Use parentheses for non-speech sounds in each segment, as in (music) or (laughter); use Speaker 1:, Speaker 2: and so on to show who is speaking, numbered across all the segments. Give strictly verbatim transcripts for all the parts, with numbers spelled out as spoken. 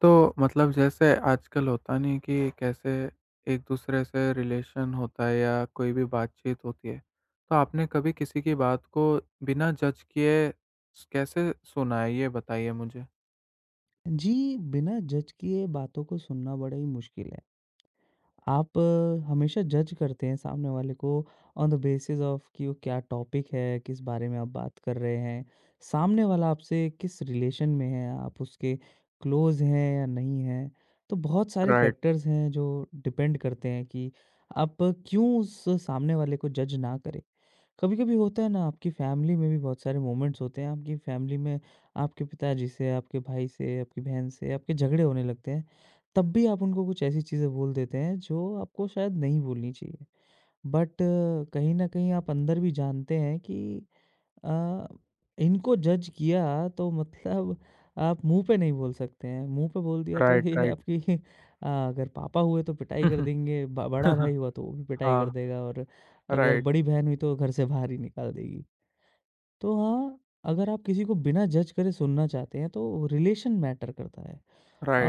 Speaker 1: तो मतलब जैसे आजकल होता नहीं कि कैसे एक-दूसरे से रिलेशन होता है या कोई भी बातचीत होती है। तो आपने कभी किसी की बात को बिना जज किए स कैसे सुना है? ये बताइए मुझे?
Speaker 2: जी, बिना जज किए बातों को सुनना बड़ा ही मुश्किल है। आप अ, हमेशा जज करते हैं सामने वाले को, ऑन द बेसिस ऑफ कि वो क्या टॉपिक है, किस बारे में आप बात कर रहे हैं, सामने वाला आपसे किस रिलेशन में है, आप उसके क्लोज़ हैं या नहीं हैं। तो बहुत सारे
Speaker 1: राइट,
Speaker 2: फैक्टर्स हैं जो डिपेंड करते हैं कि आप क्यों उस सामने वाले को जज ना करें। कभी-कभी होता है ना, आपकी फैमिली में भी बहुत सारे मोमेंट्स होते हैं। आपकी फैमिली में आपके पिताजी से, आपके भाई से, आपकी बहन से आपके झगड़े होने लगते हैं। तब भी आप उनको कुछ ऐसी चीज़ें बोल देते हैं जो आपको शायद नहीं बोलनी चाहिए। बट कहीं न कहीं आप अंदर भी जानते हैं कि अ, इनको जज किया तो मतलब आप मुँह पे नहीं बोल सकते हैं। मुँह पे बोल दिया तो
Speaker 1: राइट,
Speaker 2: ये है
Speaker 1: राइट।
Speaker 2: आपकी (laughs) अ, अगर पापा हुए तो पिटाई कर देंगे, ब बड़ा
Speaker 1: (laughs)
Speaker 2: भाई हुआ तो वो भी पिटाई कर
Speaker 1: हाँ,
Speaker 2: देगा और अगर
Speaker 1: राइट,
Speaker 2: बड़ी बहन हुई तो घर से बाहर ही निकाल देगी। तो हाँ, अगर आप किसी को बिना जज करे सुनना चाहते हैं तो रिलेशन मैटर करता है।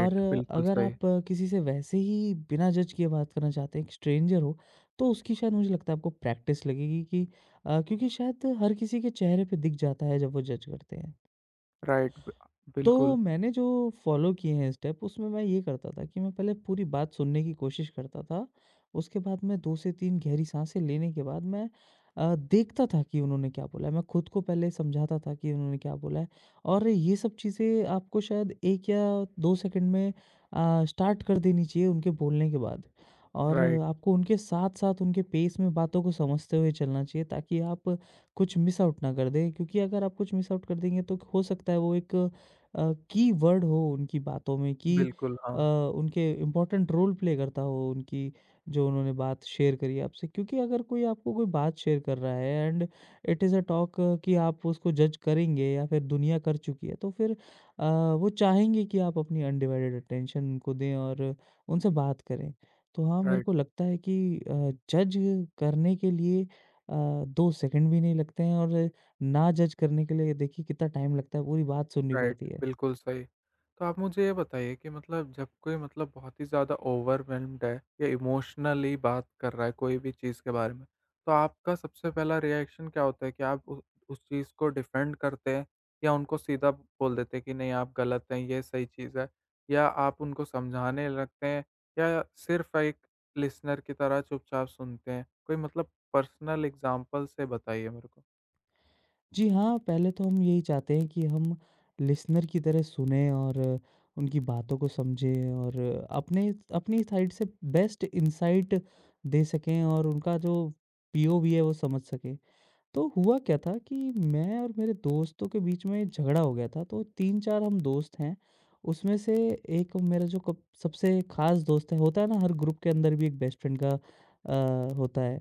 Speaker 2: और
Speaker 1: बिल्कुल
Speaker 2: अगर
Speaker 1: सही।
Speaker 2: आप किसी से वैसे ही बिना जज किए बात करना चाहते हैं, एक स्ट्रेंजर हो, तो उसकी शायद मुझे लगता है आपको प्रैक्टिस लगेगी कि अ, क्योंकि शायद हर किसी के चेहरे पे दिख जाता है जब वो जज करते हैं।
Speaker 1: राइट, ब
Speaker 2: तो
Speaker 1: बिल्कुल।
Speaker 2: मैंने जो फ़ॉलो किए हैं स्टेप, उसमें मैं ये करता था कि मैं पहले पूरी बात सुनने की कोशिश करता था। उसके बाद मैं दो से तीन गहरी साँसें लेने के बाद मैं अ, देखता था कि उन्होंने क्या बोला है। मैं खुद को पहले समझाता था कि उन्होंने क्या बोला है और ये सब चीज़ें आपको शायद एक या दो सेकंड में अ, स्टार्ट कर देनी चाहिए उनके बोलने के बाद। और
Speaker 1: राइट।
Speaker 2: आपको उनके साथ-साथ उनके पेस में बातों को समझते हुए चलना चाहिए, ताकि आप कुछ मिस आउट ना कर दें, क्योंकि अगर आप कुछ मिस आउट कर देंगे तो हो सकता है वो एक अ, कीवर्ड हो उनकी बातों में कि
Speaker 1: बिल्कुल,
Speaker 2: अ,
Speaker 1: हाँ,
Speaker 2: उनके इम्पोर्टेंट रोल प्ले करता हो, उनकी जो उन्होंने बात शेयर करी है आपसे। क्योंकि अगर कोई आपको कोई बात शेयर कर रहा है and it is a talk कि आप उसको जज करेंगे या फिर दुनिया कर चुकी है, तो फिर अ, वो चाहेंगे कि आप अपनी अनडिवाइडेड अटेंशन उनको दें और उनसे बात करें। तो हाँ, मेरे
Speaker 1: राइट।
Speaker 2: को लगता है कि अ, जज करने के लिए अ, दो सेकंड भी नहीं लगते हैं, और ना जज करने के लिए देखिए कितना टाइम लगता है, पूरी बात सुननी
Speaker 1: राइट,
Speaker 2: पड़ती है।
Speaker 1: बिल्कुल सही। तो आप मुझे ये बताइए कि मतलब जब कोई मतलब बहुत ही ज़्यादा ओवरवेल्म्ड है या इमोशनली बात कर रहा है कोई भी चीज़ के बारे में, तो आपका सबसे पहला रिएक्शन क्या होता है कि आप उ उस चीज़ को डिफेंड करते हैं या उनको सीधा बोल देते हैं कि नहीं आप गलत हैं, ये सही चीज़ है? या आप उनको समझाने लगते हैं या सिर्फ़ एक लिसनर की तरह चुपचाप सुनते हैं? कोई मतलब पर्सनल एग्ज़ाम्पल से बताइए मेरे को।
Speaker 2: जी हाँ, पहले तो हम यही चाहते हैं कि हम लिसनर की तरह सुनें और उनकी बातों को समझें और अपने अपनी साइड से बेस्ट इनसाइट दे सकें और उनका जो पीओवी है वो समझ सकें। तो हुआ क्या था कि मैं और मेरे दोस्तों के बीच में झगड़ा हो गया था। तो तीन चार हम दोस्त हैं, उसमें से एक मेरा जो कब सबसे ख़ास दोस्त है, होता है ना हर ग्रुप के अंदर भी एक बेस्ट फ्रेंड का अ, होता है।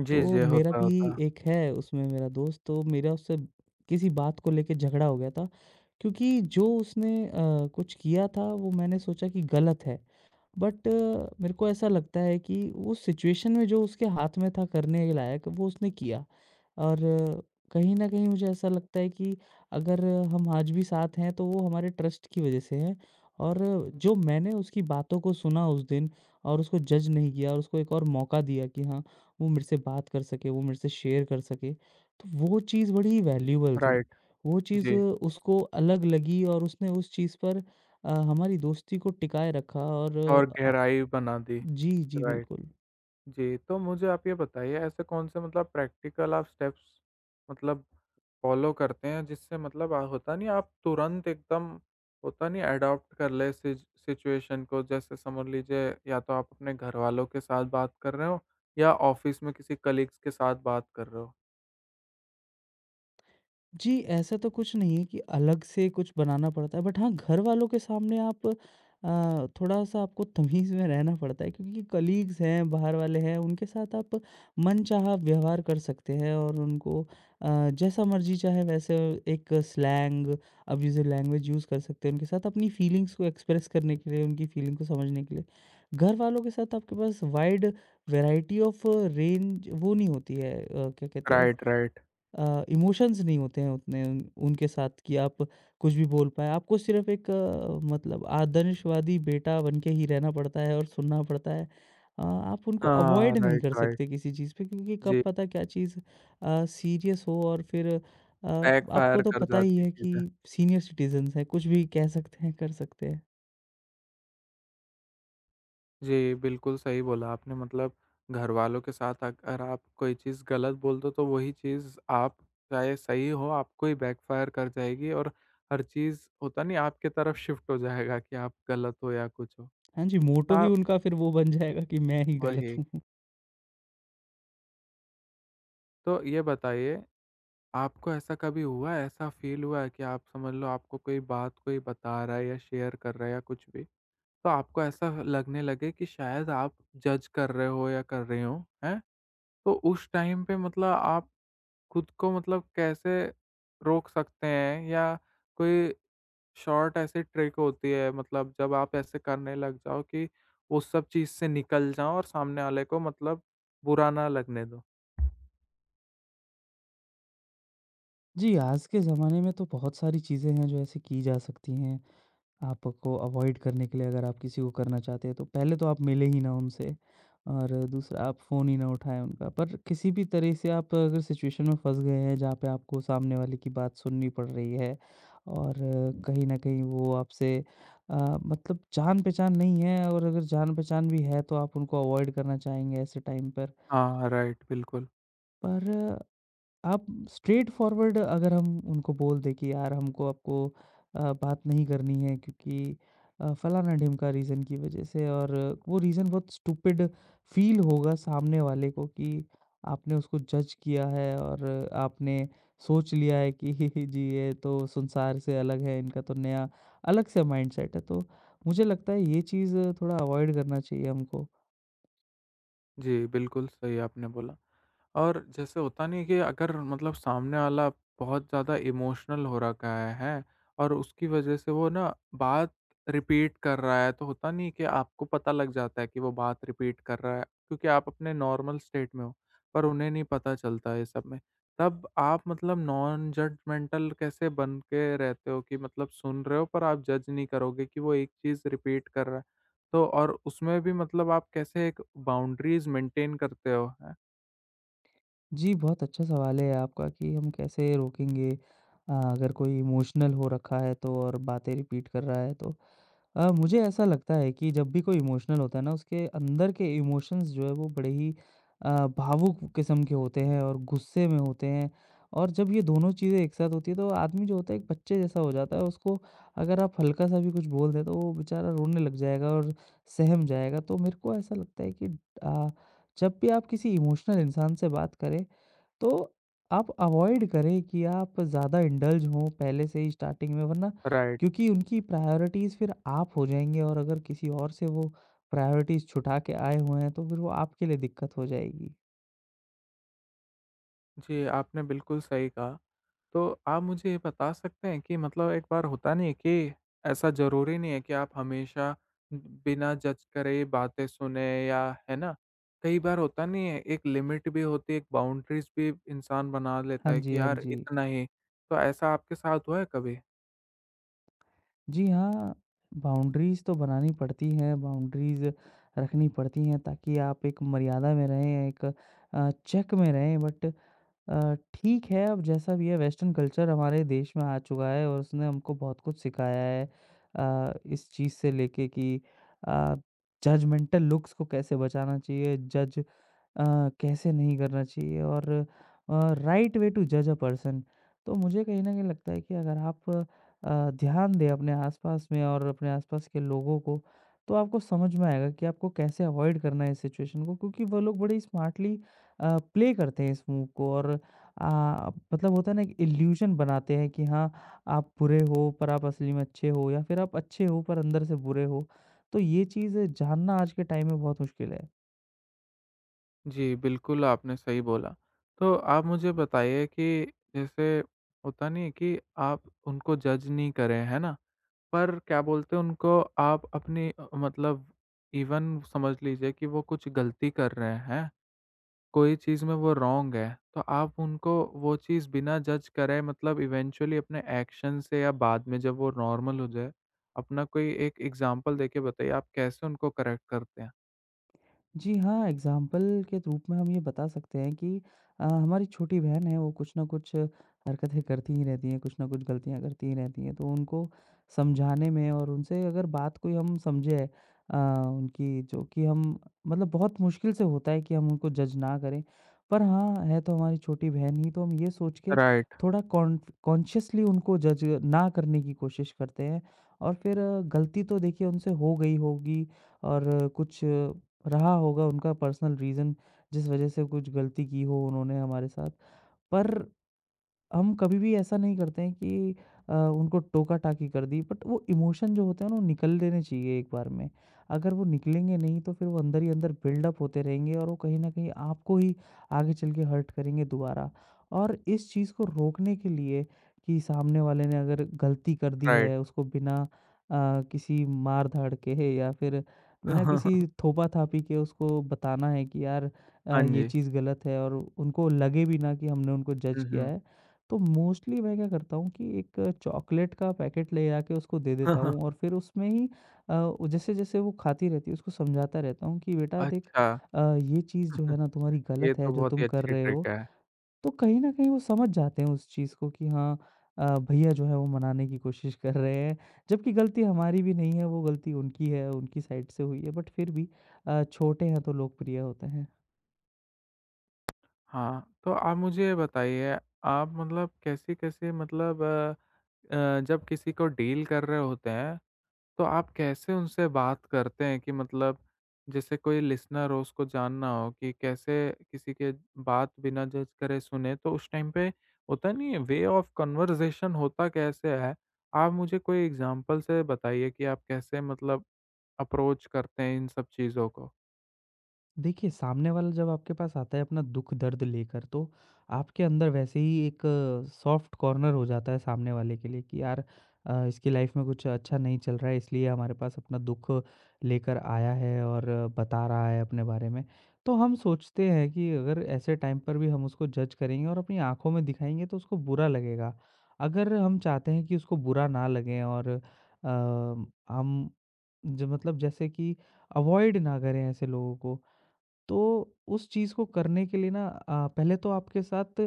Speaker 1: जी, जी,
Speaker 2: तो मेरा
Speaker 1: होता है,
Speaker 2: भी
Speaker 1: होता है।
Speaker 2: एक है उसमें मेरा दोस्त, तो मेरा उससे किसी बात को लेके झगड़ा हो गया था, क्योंकि जो उसने अ, कुछ किया था वो मैंने सोचा कि गलत है। बट मेरे को ऐसा लगता है कि उस सिचुएशन में जो उसके हाथ में था करने के लायक वो उसने किया, और अ, कहीं न कहीं मुझे ऐसा लगता है कि अगर हम आज भी साथ हैं तो वो हमारे ट्रस्ट की वज़ह से हैं। और अ, जो मैंने उसकी बातों को सुना उस दिन और उसको जज नहीं किया और उसको एक और मौका दिया कि हाँ, वो मेरे से बात कर सके, वो मेरे से शेयर कर सके, तो वो चीज़ बड़ी वैल्यूएबल थी।
Speaker 1: राइट,
Speaker 2: वो चीज़ अ,
Speaker 1: जी।
Speaker 2: उसको अलग लगी और उसने उस चीज़ पर अ, हमारी दोस्ती को टिकाए रखा। और
Speaker 1: और
Speaker 2: अ,
Speaker 1: गहराई बना दी।
Speaker 2: जी, जी,
Speaker 1: राइट,
Speaker 2: बिल्कुल।
Speaker 1: जी, तो मुझे आप ये बताइए ऐसे कौन से मतलब प्रैक्टिकल आप स्टेप्स मतलब फ़ॉलो करते हैं जिससे मतलब अ, होता नहीं आप तुरंत एकदम होता नहीं अडॉप्ट कर ले सिज सिचुएशन को जैसे समझ लीजिए या तो आप अपने घरवालों के साथ बात कर रहे हो या ऑफ़िस में किसी कलीग्स के साथ बात कर रहे हो।
Speaker 2: जी, ऐसा तो कुछ नहीं है कि अलग से कुछ बनाना पड़ता है, बट हाँ, घर वालों के सामने आप अ, थोड़ा-सा आपको तमीज़ में रहना पड़ता है, क्योंकि कलीग्स हैं, बाहर वाले हैं, उनके साथ आप मनचाहा व्यवहार कर सकते हैं और उनको अ, जैसा मर्ज़ी चाहे वैसे एक स्लैंग, अब्यूज़िव लैंग्वेज यूज़ कर सकते हैं उनके साथ अपनी फीलिंग्स को एक्सप्रेस करने के लिए, उनकी फीलिंग को समझने के लिए। घर वालों के साथ आपके पास वाइड वैरायटी ऑफ रेंज वो नहीं होती है, अ, क्या कहते हैं,
Speaker 1: राइट, राइट।
Speaker 2: अ, इमोशंस नहीं होते हैं उतने उन उनके साथ कि आप कुछ भी बोल पाएँ। आपको सिर्फ़ एक अ, मतलब आदर्शवादी बेटा बन के ही रहना पड़ता है और सुनना पड़ता है। अ, आप उनको
Speaker 1: हाँ,
Speaker 2: अवॉइड नहीं
Speaker 1: राइट,
Speaker 2: कर
Speaker 1: राइट।
Speaker 2: सकते किसी चीज़ पे, क्योंकि कब
Speaker 1: जी,
Speaker 2: पता क्या चीज़ अ, सीरियस हो और फिर अ, आपको
Speaker 1: बैकफ़ायर
Speaker 2: तो
Speaker 1: कर
Speaker 2: पता ही
Speaker 1: जाती है
Speaker 2: है कि
Speaker 1: चीज़ें।
Speaker 2: सीनियर सिटीज़न्स हैं, कुछ भी कह सकते हैं, कर सकते हैं।
Speaker 1: जी, बिल्कुल सही बोला आपने मतलब घरवालों के साथ अगर आप कोई चीज़ गलत बोल दो, तो वही चीज़ आप चाहे सही हो, आपको ही बैकफ़ायर कर जाएगी और हर चीज़ होता नहीं आपके तरफ शिफ्ट हो जाएगा कि आप गलत हो या कुछ हो।
Speaker 2: हाँ जी,
Speaker 1: तो
Speaker 2: मोटो ही
Speaker 1: आप
Speaker 2: उनका फिर वो बन जाएगा कि मैं ही गलत
Speaker 1: वही,
Speaker 2: हूँ।
Speaker 1: तो ये बताइए आपको ऐसा कभी हुआ है, ऐसा फ़ील हुआ है कि आप समझ लो आपको कोई बात कोई बता रहा है या शेयर कर रहा है या कुछ भी, तो आपको ऐसा लगने लगे कि शायद आप जज कर रहे हो या कर रही हो, हैं? तो उस टाइम पे मतलब आप खुद को मतलब कैसे रोक सकते हैं या कोई शॉर्ट ऐसी ट्रिक होती है मतलब जब आप ऐसे करने लग जाओ कि उस सब चीज़ से निकल जाओ और सामने वाले को मतलब बुरा ना लगने दो?
Speaker 2: जी, आज के ज़माने में तो बहुत सारी चीज़ें हैं जो ऐसे की जा सकती हैं। आपको अवॉइड करने के लिए अगर आप किसी को करना चाहते हैं तो पहले तो आप मिले ही ना उनसे, और दूसरा आप फ़ोन ही ना उठाएँ उनका। पर किसी भी तरह से आप अगर सिचुएशन में फँस गए हैं जहाँ पे आपको सामने वाले की बात सुननी पड़ रही है और कहीं न कहीं वो आपसे अ, मतलब जान-पहचान नहीं है, और अगर जान-पहचान भी है तो आप उनको अवॉइड करना चाहेंगे ऐसे टाइम पर।
Speaker 1: हाँ, राइट, बिल्कुल।
Speaker 2: पर आप स्ट्रेट फॉरवर्ड अगर हम उनको बोल दें कि यार हमको आपको अ, बात नहीं करनी है क्योंकि अ, फलाना ढिमका रीज़न की वजह से, और वो रीज़न बहुत स्टूपिड फील होगा सामने वाले को कि आपने उसको जज किया है और आपने सोच लिया है कि (laughs) जी ये तो संसार से अलग है, इनका तो नया अलग से माइंडसेट है। तो मुझे लगता है ये चीज़ थोड़ा अवॉइड करना चाहिए हमको।
Speaker 1: जी, बिल्कुल सही आपने बोला। और जैसे होता नहीं है कि अगर मतलब सामने वाला बहुत ज़्यादा इमोशनल हो रखा है, हैं? और उसकी वजह से वो ना बात रिपीट कर रहा है, तो होता नहीं है कि आपको पता लग जाता है कि वो बात रिपीट कर रहा है, क्योंकि आप अपने नॉर्मल स्टेट में हो, पर उन्हें नहीं पता चलता ये सब में। तब आप मतलब नॉन जजमेंटल कैसे बन के रहते हो कि मतलब सुन रहे हो पर आप जज नहीं करोगे कि वो एक चीज़ रिपीट कर रहा है? तो और उसमें भी मतलब आप कैसे एक बाउंड्रीज़ मेंटेन करते हो? हैं?
Speaker 2: जी, बहुत अच्छा सवाल है आपका कि हम कैसे रोकेंगे अ, अगर कोई इमोशनल हो रखा है तो और बातें रिपीट कर रहा है तो। अ, मुझे ऐसा लगता है कि जब भी कोई इमोशनल होता है ना उसके अंदर के इमोशंस जो है वो बड़े ही अ, भावुक किस्म के होते हैं और गुस्से में होते हैं। और जब ये दोनों चीज़ें एक साथ होती है तो आदमी जो होता है एक बच्चे जैसा हो जाता है, उसको अगर आप हल्का-सा भी कुछ बोल दें तो वो बेचारा रोने लग जाएगा और सहम जाएगा। तो मेरे को ऐसा लगता है कि अ, जब भी आप किसी इमोशनल इंसान से बात करें तो आप अवॉइड करें कि आप ज़्यादा इंडल्ज हों पहले से ही स्टार्टिंग में, वरना
Speaker 1: राइट।
Speaker 2: क्योंकि उनकी प्रायोरिटीज़ फिर आप हो जाएँगे, और अगर किसी और से वो प्रायोरिटीज़ छुटा के आए हुए हैं तो फिर वो आपके लिए दिक्कत हो जाएगी।
Speaker 1: जी, आपने बिल्कुल सही कहा। तो आप मुझे ये बता सकते हैं कि मतलब एक बार होता नहीं है कि ऐसा ज़रूरी नहीं है कि आप हमेशा बिना जज करे बातें सुने या है ना? कई बार होता नहीं है, एक लिमिट भी होती है, एक बाउंड्रीज़ भी इंसान बना लेता
Speaker 2: हाँ
Speaker 1: है
Speaker 2: जी,
Speaker 1: कि
Speaker 2: हाँ
Speaker 1: यार
Speaker 2: जी।
Speaker 1: इतना ही। तो ऐसा आपके साथ हुआ है कभी?
Speaker 2: जी हाँ, बाउंड्रीज़ तो बनानी पड़ती हैं, बाउंड्रीज़ रखनी पड़ती हैं, ताकि आप एक मर्यादा में रहें, एक अ, चेक में रहें। बट अ, ठीक है, अब जैसा भी है वेस्टर्न कल्चर हमारे देश में आ चुका है और उसने हमको बहुत कुछ सिखाया है। अ, इस चीज़ से लेके कि अ, जजमेंटल लुक्स को कैसे बचाना चाहिए, जज अ, कैसे नहीं करना चाहिए, और अ, राइट वे टू जज अ पर्सन। तो मुझे कहीं न कहीं लगता है कि अगर आप अ, ध्यान दें अपने आस-पास में और अपने आस-पास के लोगों को, तो आपको समझ में आएगा कि आपको कैसे अवॉइड करना है इस सिचुएशन को, क्योंकि वो लोग बड़े स्मार्टली अ, प्ले करते हैं इस मूव को। और आ, मतलब होता है ना एक इल्यूजन बनाते हैं कि हाँ, आप बुरे हो पर आप असली में अच्छे हो, या फिर आप अच्छे हो पर अंदर से बुरे हो। तो ये चीज़ जानना आज के टाइम में बहुत मुश्किल है।
Speaker 1: जी, बिल्कुल आपने सही बोला। तो आप मुझे बताइए कि जैसे होता नहीं है कि आप उनको जज नहीं करें, है ना? पर क्या बोलते हैं उनको आप अपनी अ, मतलब इवन समझ लीजिए कि वो कुछ गलती कर रहे हैं, कोई चीज़ में वो रॉन्ग है, तो आप उनको वो चीज़ बिना जज करे मतलब इवेंचुअली अपने एक्शन से या बाद में जब वो नॉर्मल हो जाए, अपना कोई एक एग्ज़ाम्पल देके बताइए आप कैसे उनको करेक्ट करते हैं?
Speaker 2: जी हाँ, एग्ज़ाम्पल के रूप में हम ये बता सकते हैं कि अ, हमारी छोटी बहन है, वो कुछ न कुछ हरकतें करती ही रहती हैं, कुछ न कुछ गलतियाँ करती ही रहती हैं। तो उनको समझाने में और उनसे अगर बात कोई हम समझे अ, उनकी जो कि हम मतलब बहुत मुश्किल से होता है कि हम उनको जज ना करें। पर हाँ, है तो हमारी छोटी बहन ही, तो हम ये सोच के
Speaker 1: राइट,
Speaker 2: थोड़ा कॉन कॉन्शियसली उनको जज ना करने की कोशिश करते हैं। और फिर अ, गलती तो देखिए उनसे हो गई होगी और कुछ रहा होगा उनका पर्सनल रीज़न, जिस वजह से कुछ गलती की हो उन्होंने हमारे साथ। पर हम कभी भी ऐसा नहीं करते हैं कि अ, उनको टोका-टाकी कर दी। बट वो इमोशन जो होते हैं ना वो निकल देने चाहिए एक बार में। अगर वो निकलेंगे नहीं तो फिर वो अंदर ही अंदर बिल्डअप होते रहेंगे, और वो कहीं न कहीं आपको ही आगे चल के हर्ट करेंगे दोबारा। और इस चीज़ को रोकने के लिए कि सामने वाले ने अगर गलती कर दी
Speaker 1: राइट।
Speaker 2: है उसको बिना अ, किसी मार-धाड़ के है या फिर बिना किसी
Speaker 1: (laughs)
Speaker 2: थोपा-थापी के उसको बताना है कि यार अ,
Speaker 1: हाँ
Speaker 2: ये
Speaker 1: जी।
Speaker 2: चीज़ गलत है और उनको लगे भी ना कि हमने उनको जज
Speaker 1: हुँ,
Speaker 2: किया
Speaker 1: हुँ।
Speaker 2: है। तो मोस्टली मैं क्या करता हूँ कि एक चॉकलेट का पैकेट ले आके उसको दे देता
Speaker 1: (laughs)
Speaker 2: हूँ और फिर उसमें ही अ, जैसे जैसे वो खाती रहती है उसको समझाता रहता हूँ कि बेटा देख
Speaker 1: अच्छा,
Speaker 2: अ, ये चीज़ जो है
Speaker 1: (laughs)
Speaker 2: ना तुम्हारी
Speaker 1: ये
Speaker 2: गलत
Speaker 1: तो
Speaker 2: है जो
Speaker 1: बहुत ही
Speaker 2: तुम कर
Speaker 1: अच्छी
Speaker 2: रहे
Speaker 1: ट्रिक
Speaker 2: हो।
Speaker 1: है।
Speaker 2: तो कहीं ना कहीं वो समझ जाते हैं उस चीज़ को कि हाँ, अ, भैया जो है वो मनाने की कोशिश कर रहे हैं जबकि गलती हमारी भी नहीं है, वो गलती उनकी है, उनकी साइड से हुई है, बट फिर भी अ, छोटे हैं तो लोकप्रिय होते हैं।
Speaker 1: हाँ, तो आप मुझे ये बताइए आप मतलब कैसी-कैसी मतलब अ, जब किसी को डील कर रहे होते हैं, तो आप कैसे उनसे बात करते हैं कि मतलब जैसे कोई लिसनर हो, उसको जानना हो कि कैसे किसी के बात बिना जज करे सुने, तो उस टाइम पे होता नहीं है, वे ऑफ कन्वर्सेशन होता कैसे है? आप मुझे कोई एग्ज़ाम्पल से बताइए कि आप कैसे मतलब अप्रोच करते हैं इन सब चीज़ों को?
Speaker 2: देखिए, सामने वाला जब आपके पास आता है अपना दुःख-दर्द लेकर, तो आपके अंदर वैसे ही एक सॉफ्ट कॉर्नर हो जाता है सामने वाले के लिए कि यार अ, इसकी लाइफ़ में कुछ अच्छा नहीं चल रहा है इसलिए हमारे पास अपना दुःख लेकर आया है और बता रहा है अपने बारे में। तो हम सोचते हैं कि अगर ऐसे टाइम पर भी हम उसको जज करेंगे और अपनी आँखों में दिखाएँगे तो उसको बुरा लगेगा। अगर हम चाहते हैं कि उसको बुरा ना लगे और अ, हम जो मतलब जैसे कि अवॉइड ना करें ऐसे लोगों को, तो उस चीज़ को करने के लिए ना अ, पहले तो आपके साथ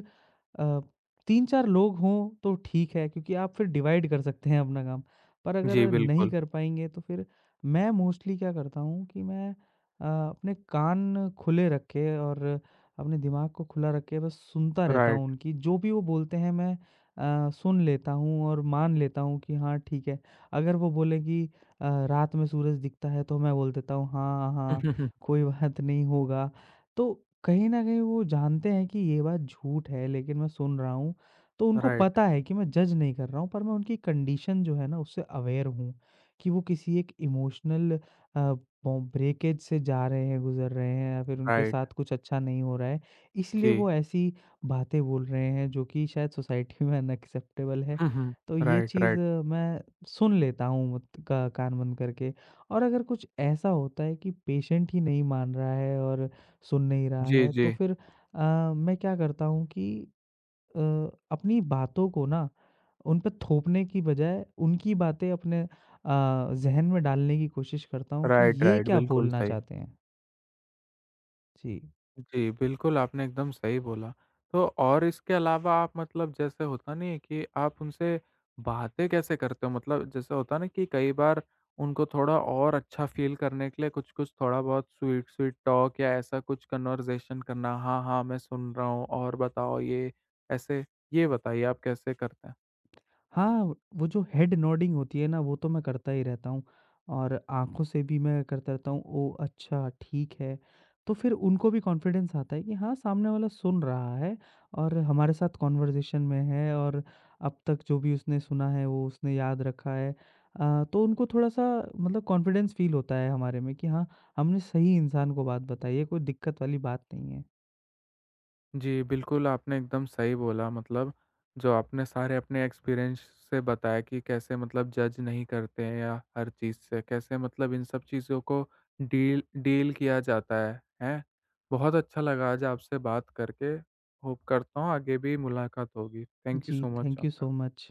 Speaker 2: अ, तीन चार लोग हों तो ठीक है क्योंकि आप फिर डिवाइड कर सकते हैं अपना काम। पर अगर
Speaker 1: जी,
Speaker 2: नहीं
Speaker 1: बिल्कुल।
Speaker 2: कर पाएँगे तो फिर मैं मोस्टली क्या करता हूँ कि मैं अ, अपने कान खुले रखे और अपने दिमाग को खुला रख के बस सुनता रहता हूँ
Speaker 1: राइट।
Speaker 2: उनकी, जो भी वो बोलते हैं मैं अ, सुन लेता हूँ और मान लेता हूँ कि हाँ ठीक है। अगर वो बोले कि अ, रात में सूरज दिखता है, तो मैं बोल देता हूँ हाँ, हाँ।
Speaker 1: (laughs)
Speaker 2: कोई बात नहीं, होगा। तो कहीं न कहीं वो जानते हैं कि ये बात झूठ है लेकिन मैं सुन रहा हूँ। तो उनको
Speaker 1: राइट,
Speaker 2: पता है कि मैं जज नहीं कर रहा हूँ, पर मैं उनकी कंडीशन जो है ना उससे अवेयर हूँ, कि वो किसी एक इमोशनल अ, बो ब्रेकेज से जा रहे हैं, गुज़र रहे हैं, या फिर उनके
Speaker 1: राइट।
Speaker 2: साथ कुछ अच्छा नहीं हो रहा है।
Speaker 1: जी।
Speaker 2: इसलिए वो ऐसी बातें बोल रहे हैं जो कि शायद सोसाइटी में (laughs) अनएक्सेप्टेबल है।
Speaker 1: (laughs)
Speaker 2: तो ये
Speaker 1: राइट,
Speaker 2: चीज़
Speaker 1: राइट।
Speaker 2: अ, मैं सुन लेता हूँ मत का कान बंद करके। और अगर कुछ ऐसा होता है कि पेशेंट ही नहीं मान रहा है और सुन नहीं रहा
Speaker 1: जी,
Speaker 2: है तो
Speaker 1: जी।
Speaker 2: फिर अ, मैं क्या करता हूँ कि अ, अपनी बातों को ना उन पे थोपने की बजाय उनकी बातें अपने अ, ज़हन में डालने की कोशिश करता हूँ कि
Speaker 1: राइट,
Speaker 2: ये
Speaker 1: राइट।
Speaker 2: क्या
Speaker 1: बिल्कुल
Speaker 2: बोलना
Speaker 1: सही।
Speaker 2: चाहते हैं। जी।
Speaker 1: जी, बिल्कुल, आपने एकदम सही बोला। तो और इसके अलावा आप मतलब जैसे होता नहीं है कि आप उनसे बातें कैसे करते हो? मतलब जैसे होता है ना कि कई बार उनको थोड़ा और अच्छा फ़ील करने के लिए कुछ-कुछ थोड़ा बहुत स्वीट-स्वीट टॉक या ऐसा कुछ कन्वर्सेशन करना, "हाँ, हाँ, मैं सुन रहा हूँ और बताओ ये" ऐसे, ये बताइए आप कैसे करते हैं?
Speaker 2: हाँ, वो जो हेड नोडिंग होती है ना, वो तो मैं करता ही रहता हूँ और आँखों से भी मैं करता रहता हूँ, ओह! अच्छा, ठीक है। तो फिर उनको भी कॉन्फिडेंस आता है कि हाँ, सामने वाला सुन रहा है और हमारे साथ कन्वर्सेशन में है, और अब तक जो भी उसने सुना है, वो उसने याद रखा है। अ, तो उनको थोड़ा-सा मतलब कॉन्फिडेंस फ़ील होता है हमारे में कि हाँ, हमने सही इंसान को बात बताई है, कोई दिक्कत वाली बात नहीं है।
Speaker 1: जी, बिल्कुल, आपने एकदम सही बोला मतलब जो आपने सारे अपने एक्सपीरियंस से बताया कि कैसे मतलब जज नहीं करते हैं या हर चीज़ से कैसे मतलब इन सब चीज़ों को डील डील किया जाता है, हैं? बहुत अच्छा लगा आज आपसे बात करके, होप करता हूँ आगे भी मुलाकात होगी। थैंक यू
Speaker 2: जी,
Speaker 1: so much
Speaker 2: thank you so
Speaker 1: आपका।
Speaker 2: मच।